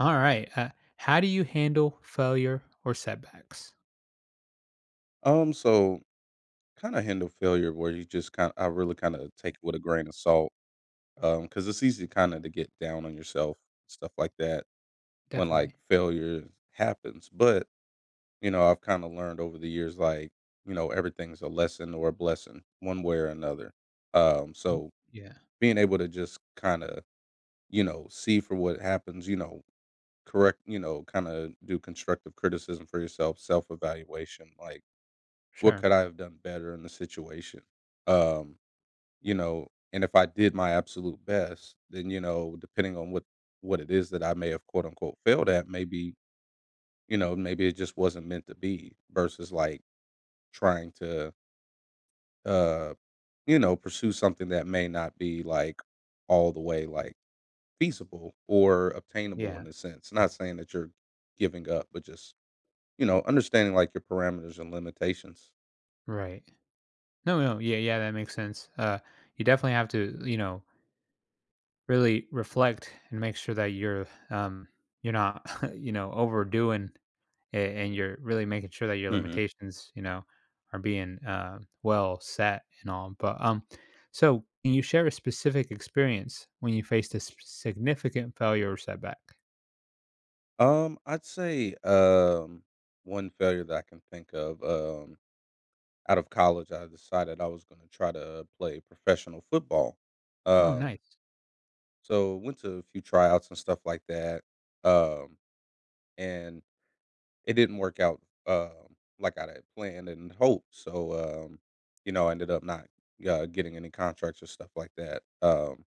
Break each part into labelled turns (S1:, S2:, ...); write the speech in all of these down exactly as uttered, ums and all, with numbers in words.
S1: All right. Uh, how do you handle failure or setbacks?
S2: Um, so kind of handle failure where you just kind of, I really kind of take it with a grain of salt. Um, cause it's easy kind of to get down on yourself, stuff like that when like
S1: Definitely.
S2: failure happens. But, you know, I've kind of learned over the years, like, you know, everything's a lesson or a blessing one way or another. Um,
S1: Mm,
S2: so
S1: yeah.
S2: being able to just kind of, you know, see for what happens, you know, correct, you know, kind of do constructive criticism for yourself, self evaluation, like, what
S1: Sure.
S2: could I have done better in the situation? Um, you know, and if I did my absolute best, then, you know, depending on what what it is that I may have quote unquote failed at, maybe, you know, maybe it just wasn't meant to be versus like trying to uh, you know, pursue something that may not be like all the way like feasible or obtainable
S1: Yeah.
S2: in a sense. Not saying that you're giving up, but just, you know, understanding like your parameters and limitations.
S1: Right. No, no. Yeah, yeah, that makes sense. Uh you definitely have to, you know, really reflect and make sure that you're um you're not, you know, overdoing it and you're really making sure that your
S2: Mhm.
S1: limitations, you know, are being uh, well set and all. But um so can you share a specific experience when you faced a s- significant failure or setback?
S2: Um, I'd say um one failure that I can think of. Um, out of college, I decided I was going to try to play professional football.
S1: Oh,
S2: Um,
S1: nice.
S2: so went to a few tryouts and stuff like that. Um, and it didn't work out um like I had planned and hoped. So um, you know, I ended up not uh, getting any contracts or stuff like that. Um,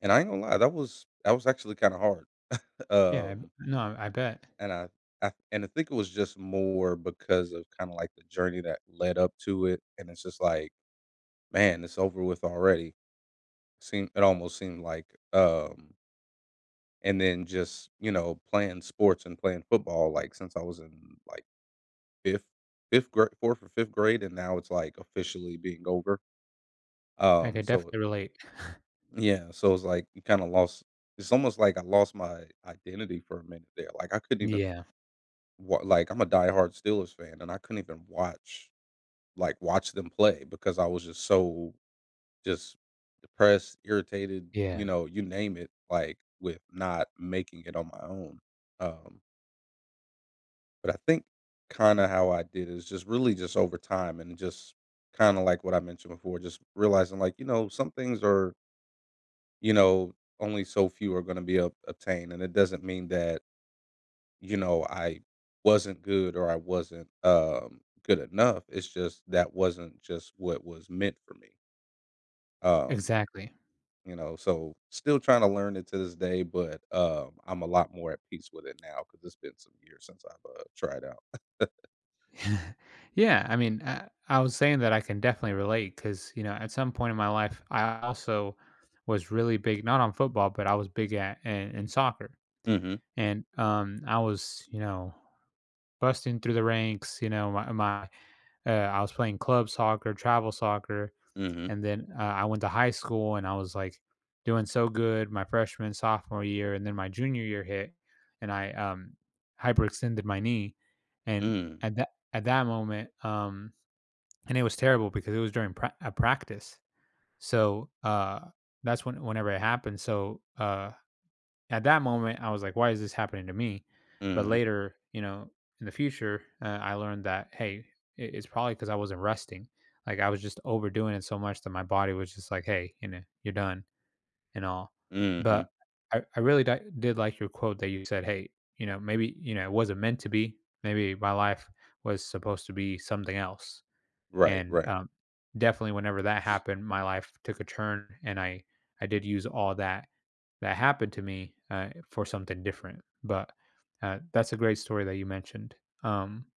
S2: And I ain't gonna lie, that was that was actually kind of hard.
S1: Yeah, I b
S2: Um,
S1: no, I bet.
S2: And I I and I think it was just more because of kinda like the journey that led up to it, and it's just like, "Man, it's over with already." Seem it almost seemed like, um and then just, you know, playing sports and playing football, like, since I was in, like, 5th 5th grade fourth or fifth grade, and now it's, like, officially being over.
S1: I
S2: Um,
S1: could
S2: so
S1: definitely relate.
S2: yeah, so it's like you kinda lost it's almost like I lost my identity for a minute there, like, I couldn't even
S1: Yeah,
S2: wa like, I'm a diehard Steelers fan, and I couldn't even watch like, watch them play because I was just so just depressed, irritated,
S1: yeah,
S2: you know, you name it, like, with not making it on my own. Um, but I think kinda how I did is just really just over time and just kinda like what I mentioned before, just realizing, like, you know, some things are, you know, only so few are gonna be ob obtained, and it doesn't mean that, you know, I wasn't good or I wasn't, um, good enough, it's just that wasn't just what was meant for me. Um
S1: exactly.
S2: You know, so still trying to learn it to this day, but, um, I'm a lot more at peace with it now because 'cause it's been some years since I've, uh, tried out.
S1: Yeah, I mean, I I was saying that I can definitely relate, because, you know, at some point in my life, I also was really big not on football, but I was big at in in soccer,
S2: Mhm,
S1: and, um, I was, you know, busting through the ranks, you know, my my, uh, I was playing club soccer, travel soccer.
S2: mhm,
S1: And then uh, I went to high school and I was like doing so good my freshman, sophomore year. And then my junior year hit and I um, hyperextended my knee. And
S2: mm,
S1: at that, at that moment, um, and it was terrible because it was during pra- a practice. So uh, that's when, whenever it happened. So uh, at that moment, I was like, why is this happening to me? But
S2: mhm,
S1: later, you know, in the future, uh, I learned that, hey, it- it's probably because I wasn't resting. Like, I was just overdoing it so much that my body was just like, hey, you know, you're done and all.
S2: mm mhm.
S1: But i, I really di- did like your quote that you said, hey, you know, maybe, you know, it wasn't meant to be. Maybe my life was supposed to be something else.
S2: Right,
S1: And
S2: right.
S1: um, definitely, whenever that happened, my life took a turn, and I I did use all that that happened to me, uh, for something different. But uh, that's a great story that you mentioned. Um,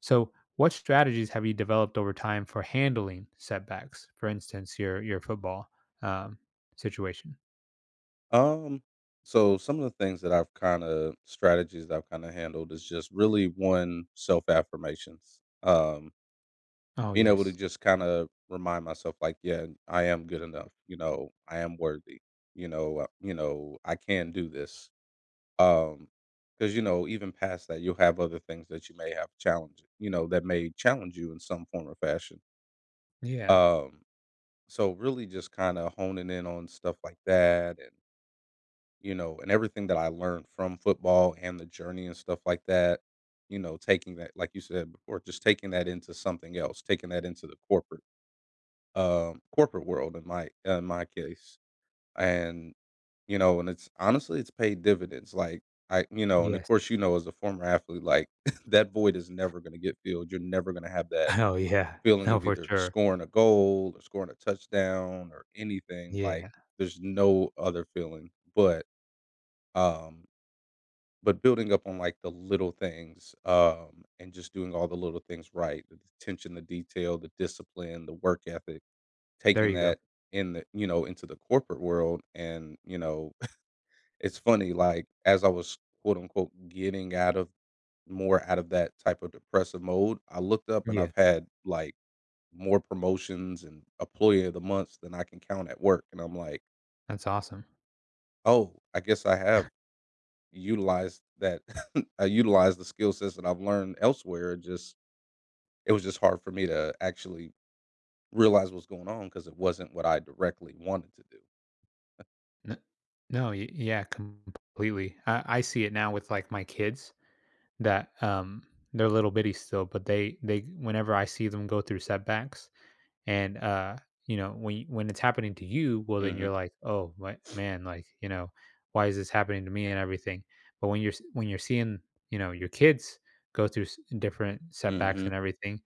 S1: so, what strategies have you developed over time for handling setbacks? For instance, your your football um, situation.
S2: Um, so some of the things that I've kinda strategies that I've kinda handled is just really one, self-affirmations. Um,
S1: Oh,
S2: being able to
S1: yes.
S2: just kinda remind myself like, "Yeah, I am good enough," you know, "I am worthy," you know, uh, you know, "I can do this." Um, because you know, even past that, you'll have other things that you may have challenge you know, that may challenge you in some form or fashion.
S1: Yeah,
S2: Um, so really just kinda honing in on stuff like that and, you know, and everything that I learned from football and the journey and stuff like that, you know, taking that like you said before, just taking that into something else, taking that into the corporate, um, corporate world in my in my case. And you know and it's honestly it's paid dividends like I you know and of
S1: yes.
S2: course you know as a former athlete like that void is never going to get filled. You're never going to have that
S1: Oh, yeah,
S2: feeling
S1: no,
S2: of
S1: for
S2: either
S1: sure.
S2: scoring a goal or scoring a touchdown or anything like,
S1: Yeah,
S2: there's no other feeling. But um but building up on like the little things, um and just doing all the little things right, the attention, the detail, the discipline, the work ethic,
S1: there
S2: taking
S1: you go.
S2: that in the you know into the corporate world. And you know it's funny, like, as I was, quote, unquote, "getting out of more out of that type of depressive mode," I looked up and
S1: Yeah,
S2: I've had, like, more promotions and employee of the months than I can count at work, and I'm like,
S1: that's awesome.
S2: "Oh, I guess I have utilized that I utilized the skill sets that I've learned elsewhere, it just it was just hard for me to actually realize what's going on because it wasn't what I directly wanted to do."
S1: N No, y yeah, completely. I I see it now with, like, my kids, that, um they're little bitty still, but they they whenever I see them go through setbacks and, uh, you know, when you when it's happening to you, well, then you're
S2: Mhm,
S1: like, "Oh, my man, like, you know, why is this happening to me and everything?" But when you're s when you're seeing, you know, your kids go through s different setbacks
S2: mhm,
S1: and everything,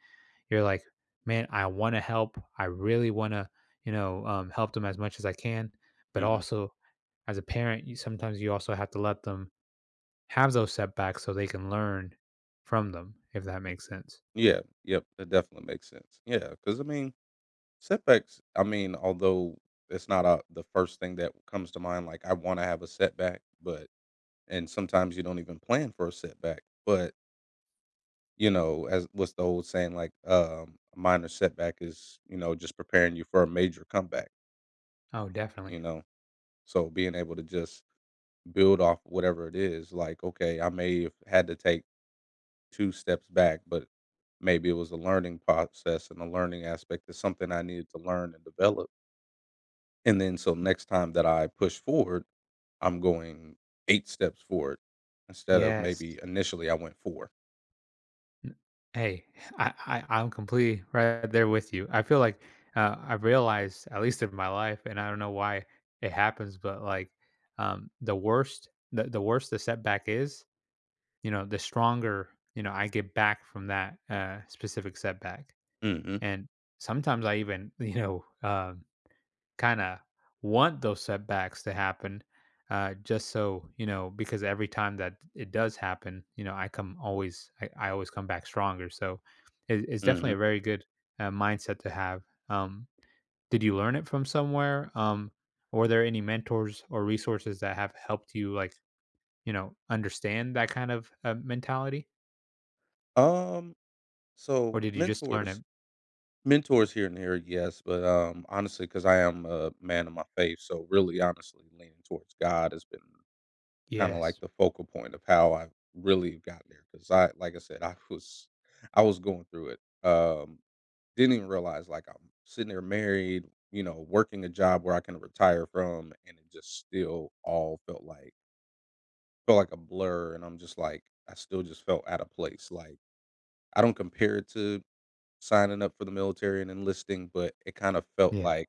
S1: you're like, man, I want to help. I really want to, you know, um, help them as much as I can. But
S2: mhm.
S1: also, as a parent, you, sometimes you also have to let them have those setbacks so they can learn from them, if that makes sense.
S2: Yeah, yep, that definitely makes sense. Yeah. Because I mean setbacks, I mean, although it's not a the first thing that comes to mind, like, I wanna have a setback, but and sometimes you don't even plan for a setback, but, you know, as what's the old saying, like, um, "A minor setback is, you know, just preparing you for a major comeback,"
S1: Oh,
S2: you
S1: definitely.
S2: know? So, being able to just build off whatever it is, like, okay, I may have had to take two steps back, but maybe it was a learning process and a learning aspect is something I needed to learn and develop. And then so next time that I push forward, I'm going eight steps forward instead of
S1: Yes.
S2: maybe initially I went four.
S1: N- Hey, I, I I'm completely right there with you. I feel like, uh, I've realized, at least in my life, and I don't know why it happens, but like um, the worst the, the worse the setback is, you know, the stronger, you know, I get back from that, uh, specific setback.
S2: Mhm,
S1: And sometimes I even, you know, um, kinda want those setbacks to happen, uh, just so, you know, because every time that it does happen, you know, I come always I I always come back stronger. So it, it's definitely
S2: mhm.
S1: a very good uh, mindset to have. Um, did you learn it from somewhere? Um, were there any mentors or resources that have helped you, like, you know, understand that kind of uh, mentality?
S2: Um,
S1: Or
S2: so
S1: did you just learn
S2: mentors
S1: it?
S2: mentors here and there, yes, but, um, honestly, because I am a man of my faith, so really honestly leaning towards God has been kinda like
S1: Yes.
S2: the focal point of how I really got there. Because I like I said, I was I was going through it, um didn't even realize, like, I'm sitting there married, you know, working a job where I can retire from, and it just still all felt like felt like a blur, and I'm just like I still just felt out of place, like, I don't compare it to signing up for the military and enlisting, but it kind of felt
S1: Yeah.
S2: like,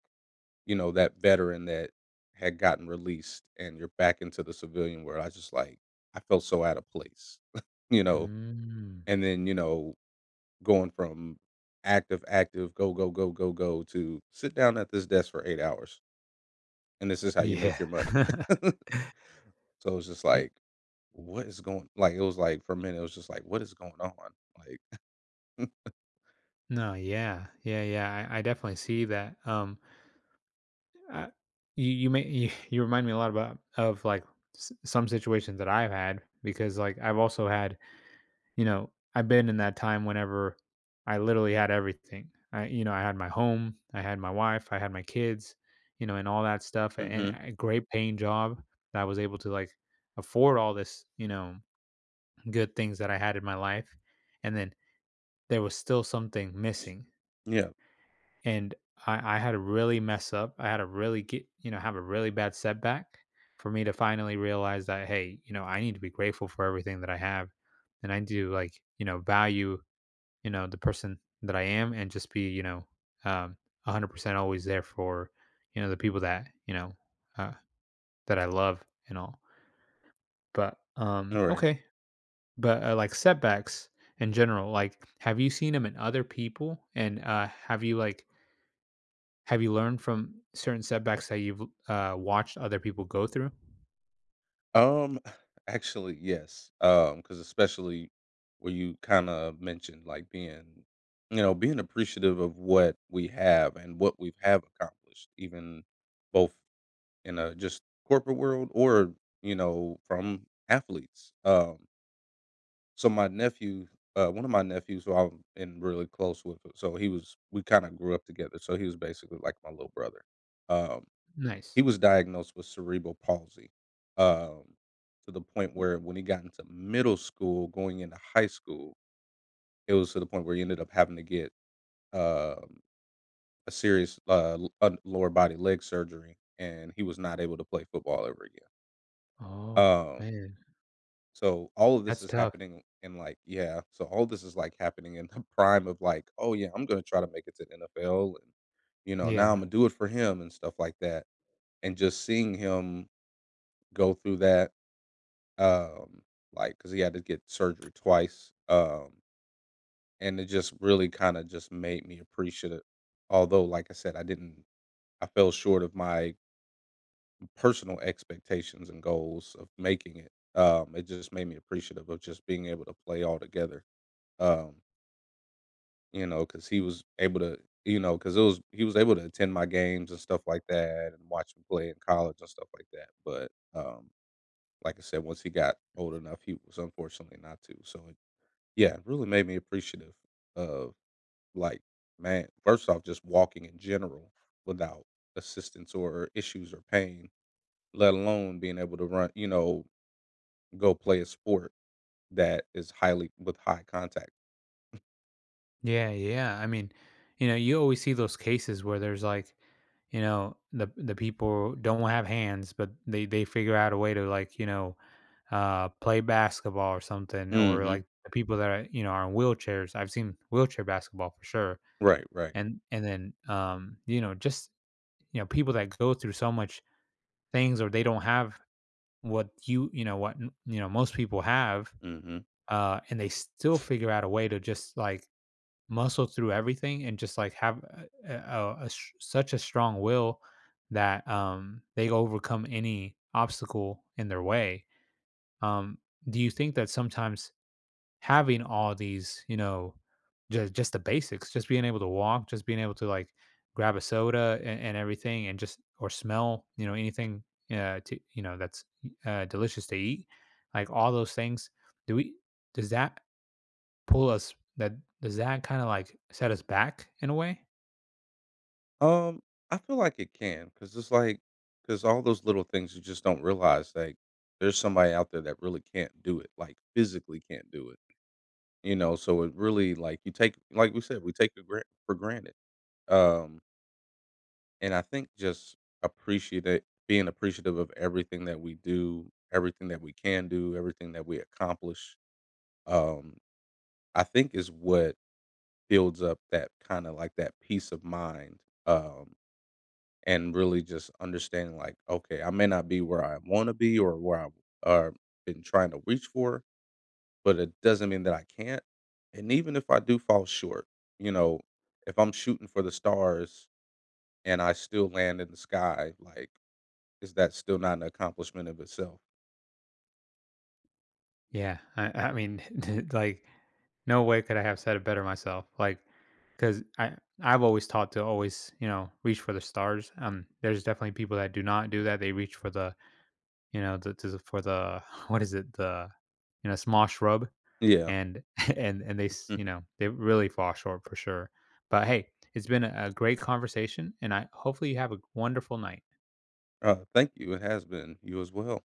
S2: you know, that veteran that had gotten released and you're back into the civilian world. I just like I felt so out of place, you know?
S1: Mm.
S2: And then, you know, going from active, active, go, go, go, go, go to sit down at this desk for eight hours. And this is how you make
S1: Yeah.
S2: your money. So it's just
S1: Y
S2: like, what is going like it was like for a minute it was just like what is going on like
S1: No, yeah. Yeah, yeah, I I definitely see that, um, uh, you you may you you remind me a lot about of, like, s some situations that I've had because, like, I've also had, you know, I've been in that time whenever I literally had everything. I You know, I had my home, I had my wife, I had my kids, you know, and all that stuff, and
S2: hmm
S1: a great paying job that I was able to, like, afford all this, you know, good things that I had in my life, and then there was still something missing.
S2: yeah
S1: And I, I had to really mess up. I had to really get, you know, have a really bad setback for me to finally realize that, hey, you know, I need to be grateful for everything that I have. And I need to, like, you know, value, you know, the person that I am and just be, you know, um, a hundred percent always there for, you know, the people that, you know, uh, that I love and all. But, um,
S2: all right
S1: okay. But, uh, like, setbacks in general, like, have you seen them in other people? And, uh, have you, like have you learned from certain setbacks that you've, uh, watched other people go through?
S2: um actually yes um because especially where you kind of mentioned like being you know being appreciative of what we have and what we have accomplished even both in a just corporate world or you know from athletes. Um, so my nephew, uh, one of my nephews, who I'm in really close with, so he was we kind of grew up together. So he was basically like my little brother. Um, he
S1: Nice.
S2: was diagnosed with cerebral palsy, um, to the point where when he got into middle school, going into high school, it was to the point where he ended up having to get um, a serious uh, l- uh, lower body leg surgery, and he was not able to play football ever again.
S1: Oh,
S2: Um,
S1: man.
S2: So, all of this
S1: That's
S2: is
S1: tough.
S2: happening in, like yeah, so all this is, like, happening in the prime of, like, "Oh, yeah, I'm gonna try to make it to N F L, and, you know, now
S1: Yeah.
S2: Imma do it for him," and stuff like that, and just seeing him go through that, um, because he had to get surgery twice, um, and it just really kinda just made me appreciate it. Although, like I said, I didn't I fell short of my personal expectations and goals of making it. Um, it just made me appreciative of just being able to play all together. Um, you know, because he was able to you know, because it was he was able to attend my games and stuff like that and watch me play in college and stuff like that, but, um, like I said, once he got old enough, he was unfortunately not to, so, it, yeah, it really made me appreciative of, like, man first off, just walking in general without assistance or issues or pain, let alone being able to run, you know, go play a sport that is highly with high contact.
S1: Yeah, yeah. I mean, you know, you always see those cases where there's, like, you know, the the people don't have hands, but they they figure out a way to, like, you know, uh, play basketball or something, or,
S2: Mhm.
S1: like, the people that are, you know, are in wheelchairs. I've seen wheelchair basketball for sure.
S2: Right, right.
S1: And and then, um, you know, just, you know, people that go through so much things or they don't have what you you know, what, n you know, most people have,
S2: Mhm.
S1: uh, and they still figure out a way to just, like, muscle through everything and just, like, have a a, a- a s- such a strong will that, um, they overcome any obstacle in their way. Um, do you think that sometimes having all these, you know, just just the basics, just being able to walk, just being able to, like, grab a soda and, and everything, and just or smell, you know, anything, uh, to, you know, that's uh, delicious to eat, like all those things. Do we? Does that pull us? That Does that kind of, like, set us back in a way?
S2: Um, I feel like it can, cause it's like, cause all those little things you just don't realize, like, there's somebody out there that really can't do it, like, physically can't do it, you know? So it really, like, you take like we said, we take it gran for granted. Um, and I think just appreciate it being appreciative of everything that we do, everything that we can do, everything that we accomplish, um, I think is what builds up that kinda, like, that peace of mind, um and really just understanding like, okay, I may not be where I want to be or where I've uh, been trying to reach for, but it doesn't mean that I can't. And even if I do fall short, you know, if I'm shooting for the stars and I still land in the sky, like, is that still not an accomplishment of itself?
S1: Yeah, I, I mean, like, no way could I have said it better myself. Like, because I I've always taught to always, you know, reach for the stars. Um, there's definitely people that do not do that. They reach for the you know the, to the, for the, what is it, the, you know, small shrub
S2: Yeah.
S1: and and and they s- you
S2: Mhm.
S1: know they really fall short for sure. But hey, it's been a, a great conversation, and I hopefully you have a wonderful night.
S2: Uh, thank you. It has been you as well.